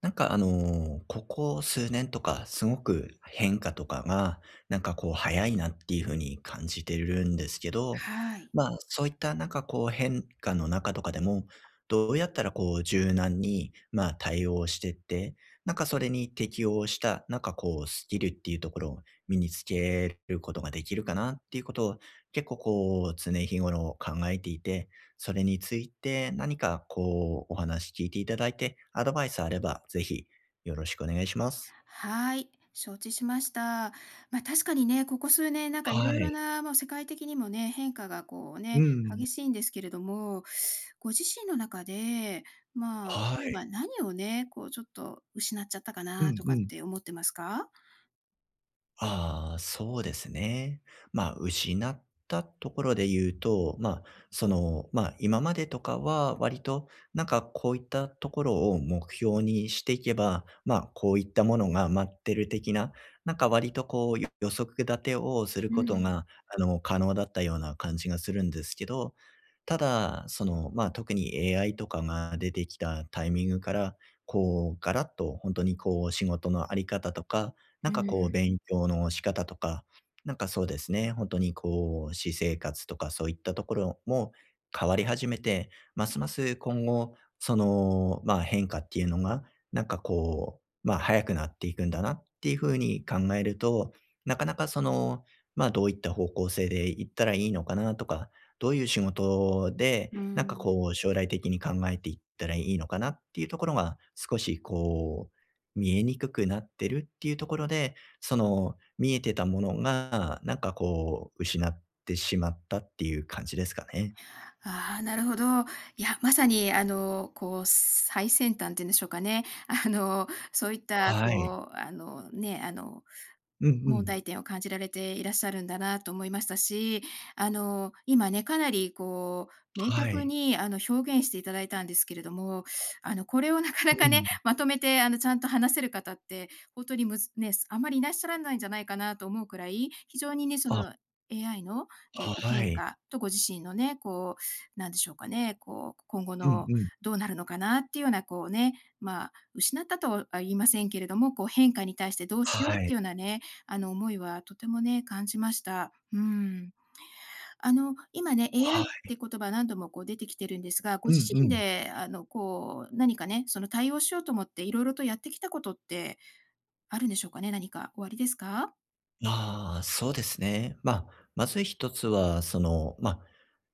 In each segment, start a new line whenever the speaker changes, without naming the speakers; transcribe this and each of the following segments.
なんかあの、ここ数年とか、すごく変化とかが、なんかこう早いなっていう風に感じてるんですけど、
はい。
まあ、そういったなんかこう変化の中とかでも、どうやったらこう柔軟に、まあ、対応してって、なんかそれに適応した、なんかこうスキルっていうところを身につけることができるかなっていうことを、結構こう常日頃考えていて、それについて何かこうお話聞いていただいて、アドバイスあればぜひよろしくお願いします。
はい、承知しました。確かにね、ここ数年なんかいろ
は
いろ
い。
な、もう世界的にもね、変化がこう
う
ね、
ん。
激しいんですけれども、ご自身の中で、まあ、
は
例え
い。
ば何をね、こうちょっと失っちゃったか
う
な
ん
とか
う
っ
ん。
て思ってますか？
ああ、そうですね。まあ、失ったところで言うと、まあ、その、まあ、今までとかは割と、なんかこういったところを目標にしていけば、まあ、こういったものが待ってる的な、なんか割とこう、予測立てをする
う
こと
ん。
が、あの、可能だったような感じがするんですけど、ただ、その、まあ、特に AI とかが出てきたタイミングから、こう、ガラッと本当にこう、仕事のあり方とか、な
う
んかこう勉
ん。
強の仕方とか、なんかそうですね、本当にこう私生活とかそういったところも変わり始めて、ますます今後、その、まあ、変化っていうのが、なんかこう、まあ、早くなっていくんだなっていうふうに考えると、なかなかその、まあ、どういった方向性で行ったらいいのかなとか、どういう仕事で、
う
なんか
ん。
こう将来的に考えていったらいいのかなっていうところが、少しこう見えにくくなってるっていうところで、その、見えてたものが、なんかこう、失ってしまったっていう感じですかね。
ああ、なるほど。いや、まさにこう最先端っていうんでしょうかね。あの、そういった
はい。
こう、あの、ね、あの
うんう
問
ん。
題点を感じられていらっしゃるんだなと思いましたし、今ね、かなりこう、明
は
確
い。
に表現していただいたんですけれども、あの、これを なかな
う
かね、
ん。
まとめてちゃんと話せる方って、本当にむずね、あまりいらっしゃらないんじゃないかなと思うくらい、非常にね、そ
あ、
の AI の、
は
変
い。
化とご自身のね、こう、なんでしょうかね、こう、今後
うん
の
うん。
どうなるのかなっていうようなこうね、まあ、失ったとは言いませんけれども、こう、変化に対してどうしよ
は
うっ
い。
ていうようなね、あの、思いはとてもね、感じました。うん。あの、今ね、
は
AI っ
い。
て言葉何度もこう出てきてるんですが、ご
う
自
んう
身
ん。
でこう、何かね、その対応しようと思っていろいろとやってきたことってあるんでしょうかね？何かおありですか？
ああ、そうですね。まあ、まず一つは、その、まあ、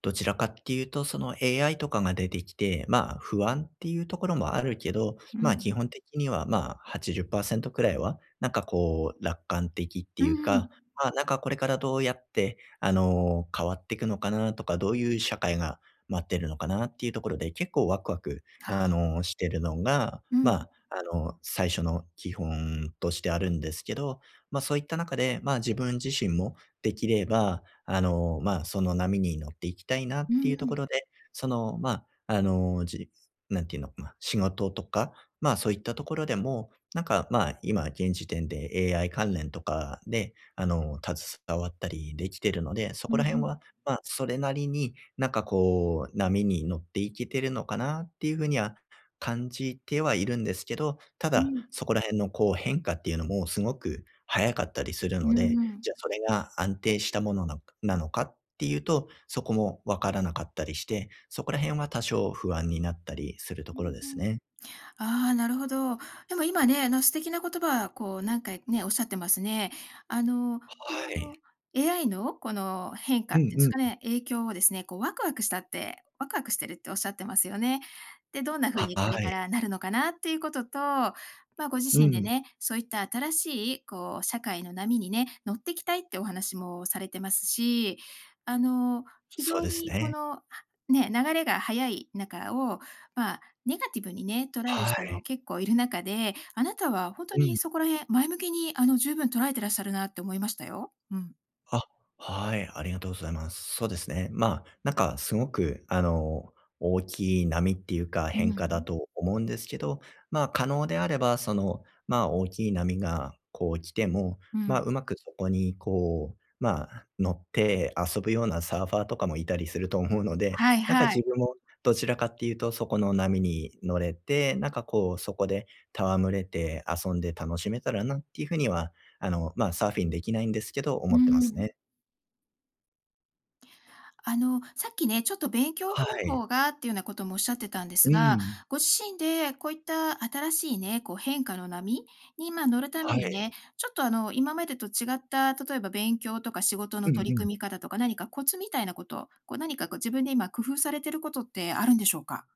どちらかっていうと、その AI とかが出てきて、まあ、不安っていうところもあるけど、
う
まあ、
ん。
基本的には、まあ、80%くらいは、なんかこう、楽観的って
う
いう
んうん。
か、まあ、なんかこれからどうやって、あの、変わっていくのかなとか、どういう社会が待ってるのかなっていうところで、結構ワクワク、あ
あ、
の、してるのが、
う
ま
ん。
あ、あの、最初の基本としてあるんですけど、ま、そういった中で、ま、自分自身もできれば、あの、ま、その波に乗っていきたいなっ
う
ていう
んう
とこ
ん。
ろで、その、まあ、あの、なんていうの、まあ、仕事とか、ま、そういったところでも、なんか、ま、今現時点で AI 関連とかで、あの、携わったりできてるので、そ
う
こ
んう
ら辺
ん。
は、ま、それなりに、なんかこう、波に乗っていけてるのかなっていう風には感じてはいるんですけど、た
う
だ、
ん。
そこら辺のこう変化っていうのもすごく早かったりする
う
の
ん
で、
うん。
じゃあそれが安定したものなのかっていうと、そこもわからなかったりして、そこら辺は多少不安になったりすると
うん
ころです
うん。
ね。
ああ、なるほど。でも今ね、あの素敵な言葉、こう何回ね、おっしゃってますね。あの、こ
は
の
い。
AI のこの変化
う
っ
ん
ていうんです
う
か
ん。
ね、影響をですね、ワクワクしてるっておっしゃってますよね。で、どんな風
は
にこれ
は
か
い。
らなるのかなっていうことと、まあ、ご自
う
身で
ん。
ね、そういった新しいこう社会の波にね、乗ってきたいってお話もされてますし、あの、非
そ
常
うです
にこ
ね。
の、ね、流れが速い中を、まあ、ネガティブにね、捉える
は
人も
い。
結構いる中で、あなたは本当
うん
にそこら辺、前向きに十分捉えてらっしゃるなって思いましたよ。うん。
あ、はい、ありがとうございます。そうですね。まあ、なんかすごく、あの、大きい波っていうか
う
変化だ
ん。
と思うんですけど、まあ、可能であれば、その、まあ、大きい波がこう来ても、
う
まあ、
ん。
うまくそこにこう、まあ、乗って遊ぶようなサーファーとかもいたりすると思うので、
はい
なんか
は
自
い。
分もどちらかっていうと、そこの波に乗れて、なんかこう、そこで戯れて遊んで楽しめたらなっていうふうにはあの、まあ、サーフィンできないんですけど、
う
思ってます
ん
ね。
あの、さっきね、ちょっと勉強
は
方
い。
法がっていうようなこともおっしゃってたんです
う
が、
ん。
ご自身でこういった新しいね、こう変化の波に、まあ、乗るため
は
に
い。
ね、ちょっとあの、今までと違った、例えば勉強とか仕事の
うん
取
う
り
ん。
組み方とか、何かコツみたいなこと、こう何かこう自分で今工夫されてることってあるんでしょうか？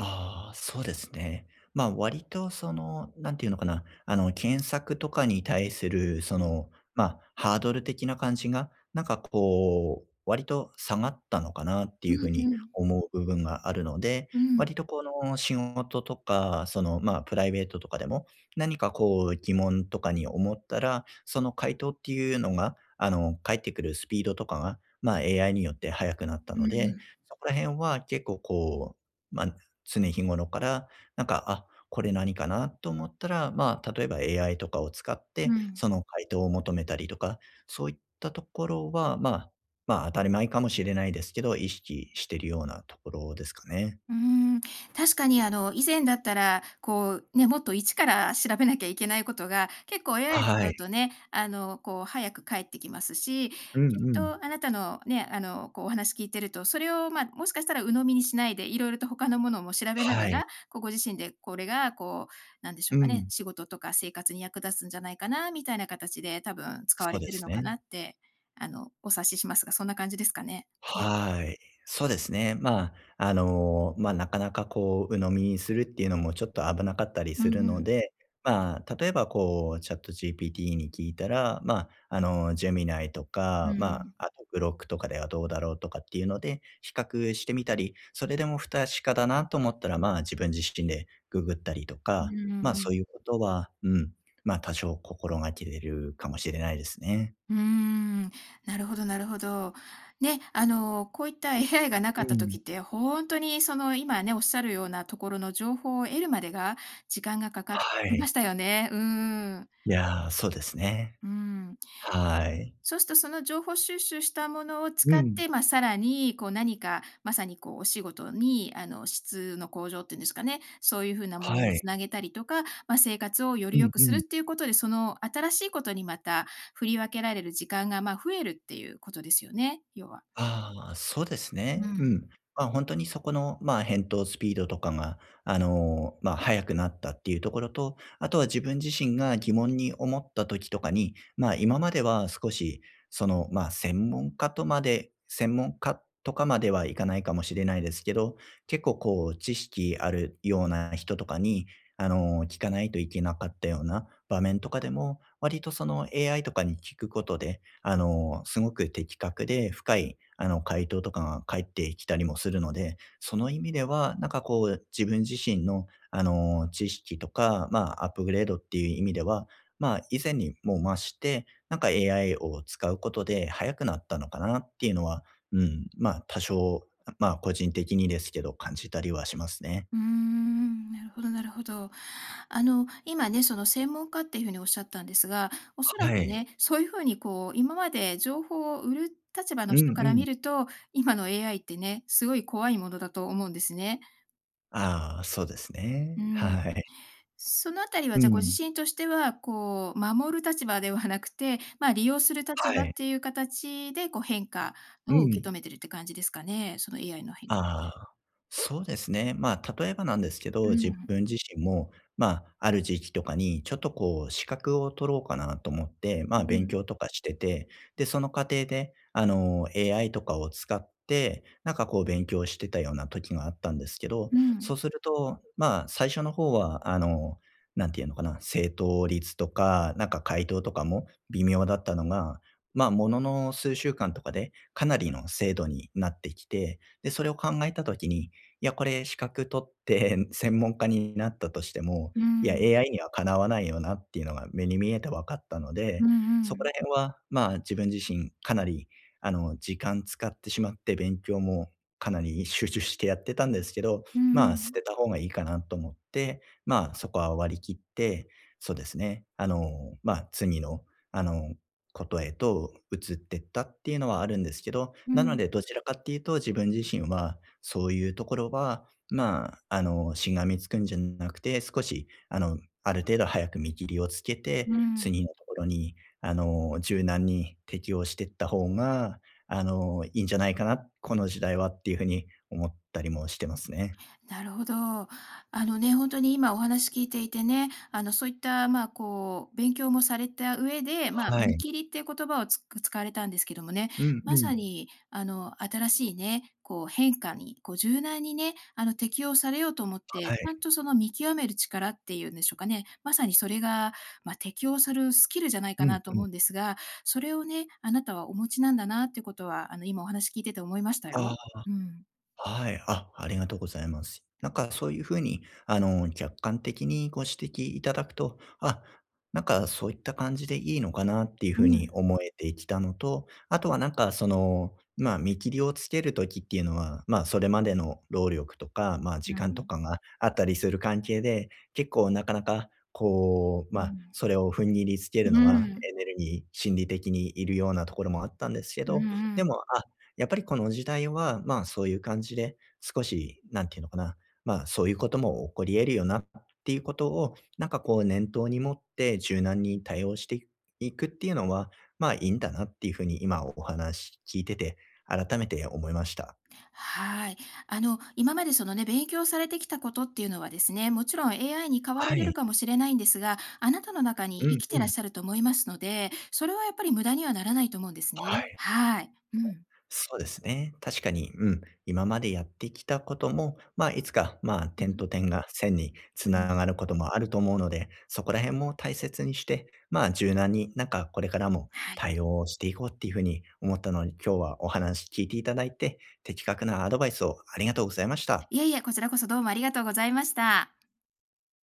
ああ、そうですね。まあ、割とその、なんていうのかな、あの、検索とかに対する、その、まあ、ハードル的な感じが、なんかこう、割と下がったのかなって
う
いうふうに
んうん。
思う部分があるので、
うん。
割とこの仕事とか、その、まあ、プライベートとかでも、何かこう、疑問とかに思ったら、その回答っていうのが、あの、返ってくるスピードとかが、まあ、AI によって速くなった
うんう
ので、
ん。
そこら辺は結構こう、まあ、常日頃から、なんか、あ、これ何かなと思ったら、まあ、例えば AI とかを使っ
う
て、
ん。
その回答を求めたりとか、そういったところは、まあ、まあ、当たり前かもしれないですけど、意識してるようなところですかね。
ーん、確かにあの、以前だったら、こう、ね、もっと一から調べなきゃいけないことが、結構親 i
は
使う
い。
とね、あの、こう早く返ってきますし、
うん
きっ
うん。
とあなたのね、あの、こうお話聞いてると、それを、もしかしたら鵜呑みにしないで、いろいろと他のものも調べな
は
が
い。
ら、こうご自身でこれがこう、なんでしょ
う
うかね、
ん。
仕事とか生活に役立つんじゃないかなみたいな形で、多分使わ
そう
れ
で
てる
す
のか
ね。
なって、あの、お察ししますが、そんな感じですかね？
はい。そうですね。まあ、あの、まあ、なかなかこう鵜呑みにするっていうのもちょっと危なかったり
う
す
ん
る
う
の
ん。
で、まあ、例えばこう ChatGPT に聞いたら、まあ、あの、ジェミナイと
う
か、ま
ん。
あ、あと g ロックとかではどうだろうとかっていうので、比較してみたり、それでも不確かだなと思ったら、まあ、自分自身でググったりと
う
か、
ん
まあ、
う
そう
ん。
いうことは、うん、まあ、多少心がけれるかもしれないですね。
うーん、なるほどなるほど。ね、あの、こういった AI がなかっ
う
た時
ん。
って、ほんとにその、今ね、おっしゃるようなところの情報を得るまでが、時間がかかり
はい。
ましたよね。うーん。
いやー、そうですね。
うーん。
はい。
そうすると、その情報収集したものを
う
使っ
ん。
て、まあ、さらにこう何か、まさにこうお仕事に、あの、質の向上っていうんですかね、そういう風なもの
は
につ
い。
なげたりとか、まあ、生活をより
うん
良く
う
する
ん
っていうことで、その新しいことにまた振り分けられる時間が、増えるっていうことですよね、要は。
ああ、そうです
う
ね。う
ん。
ん。まあ、本当にそこの、まあ、返答スピードとかが、あの、まあ、速くなったっていうところと、あとは自分自身が疑問に思った時とかに、まあ、今までは少し、その、まあ、専門家とかまではいかないかもしれないですけど、結構こう知識あるような人とかに、あの、聞かないといけなかったような場面とかでも、割とその AI とかに聞くことで、あの、すごく的確で深い、あの、回答とかが返ってきたりもするので、その意味では、なんかこう、自分自身の、あの、知識とか、まあ、アップグレードっていう意味では、まあ、以前にも増して、なんか AI を使うことで早くなったのかなっていうのは、うん、まあ、多少、まあ、個人的にですけど、感じたりはしますね。
うーん、なるほどなるほど。あの、今ね、その専門家っていうふうにおっしゃったんですが、おそら
は
く
い。
ね、そういうふうにこう、今まで情報を売る立場の
う
人
ん
から
うん。
見ると、今の AI ってね、すごい怖いものだと思うんですね。
ああ、そうです
う
ね。
ん。
はい。
そのあたりは、
う
じゃあご自
ん。
身としては、こう、守る立場ではなくて、まあ、利用する立
は
場
い。
っていう形で、こう、変化
う
を受
ん。
け止めてるって感じですかね？その AI の変化
ああ、そうですね。まあ、例えばなんですけ
う
ど、自
ん
分自身も、まあ、ある時期とかに、ちょっとこう、資格を取ろうかなと思って、まあ、勉強とかしてて、で、その過程で、あの、AI とかを使って、なんかこう、勉強してたような時があったんですけど、そうすると、まあ、最初の方は、あの、なんていうのかな、正答率とか、なんか回答とかも微妙だったのが、まあ、ものの数週間とかで、かなりの精度になってきて、で、それを考えた時に、いや、これ資格取って専門家になったとしても、いや、AI にはかなわないよなっていうのが目に見えて分かったの
う
で、
んう
そこ
ん。
ら辺は、まあ、自分自身かなり、あの、時間使ってしまって、勉強もかなり集中してやってたんですけど、
うんう
まあ、捨
ん。
てた方がいいかなと思って、まあ、そこは割り切って、そうですね、あの、まあ、次の、あの、ことへと移ってったっていうのはあるんですけど、
うん。
な
う
ので
ん。
どちらかっていうと自分自身は、そういうところは、まあ、あの、しがみつくんじゃなくて、少し、あの、ある程度早く見切りをつけて、
うんうん
次のところに、あの、柔軟に適応していった方が、あの、いいんじゃないかな、この時代はっていうふうに思ったりもしてますね。
なるほど。あのね、本当に今お話聞いていてね、あの、そういった、まあ、こう、勉強もされた上で、まあ、
は
見
い。
切りっていう言葉を使われたんですけどもね、
うんう
ま
ん。
さに、あの、新しいね、こう、変化に、こう、柔軟にね、あの、適応されようと思って、
は
ちゃ
い。
んとその見極める力っていうんでしょうかね、まさにそれが、まあ、適応するスキルじゃない
う
か
ん
なと
うん。
思うんですが、それをね、あなたはお持ちなんだなってことは、あの、今お話聞いてて思いました
あ
よ。
あ。
うん。
はい。あ、ありがとうございます。なんかそういうふうに、あの、客観的にご指摘いただくと、あ、なんかそういった感じでいいのかなっていうふ
う
うに
ん。
思えてきたのと、あとはなんかその、まあ見切りをつけるときっていうのは、まあそれまでの労力とか、まあ時
う
間と
ん。
かがあったりする関係で、結構なかなかこう、
う
まあ
ん。
それを踏ん切りつけ
う
るのが
ん。
エネルギー、心理的にいるようなところもあったんですけ
う
ど、
んう
で
ん。
も、やっぱりこの時代は、まあ、そういう感じで、少し、なんていうのかな、まあ、そういうことも起こり得るよなっていうことを、なんかこう念頭に持って柔軟に対応していくっていうのは、まあ、いいんだなっていうふうに今お話聞いてて改めて思いました。
はい。あの、今までそのね、勉強されてきたことっていうのはですね、もちろん AI に代わら
は
れる
い。
かもしれないんですが、あなたの中
う
に生
ん
き
う
てらっ
ん。
しゃると思いますので、それはやっぱり無駄にはならないと思うんです
は
ね。
い。
はい。うん。
そうですね。確かに、うん。今までやってきたことも、まあ、いつか、まあ、
う
点
ん。
と点が線につ
う
なが
ん。
ることもあると思うので、そこら辺も大切にして、まあ、柔軟になんかこれからも
はい。
対応していこうっていうふうに思ったので、今日はお話聞いていただいて、的確なアドバイスをありがとうございました。
いえいえ、こちらこそどうもありがとうございました。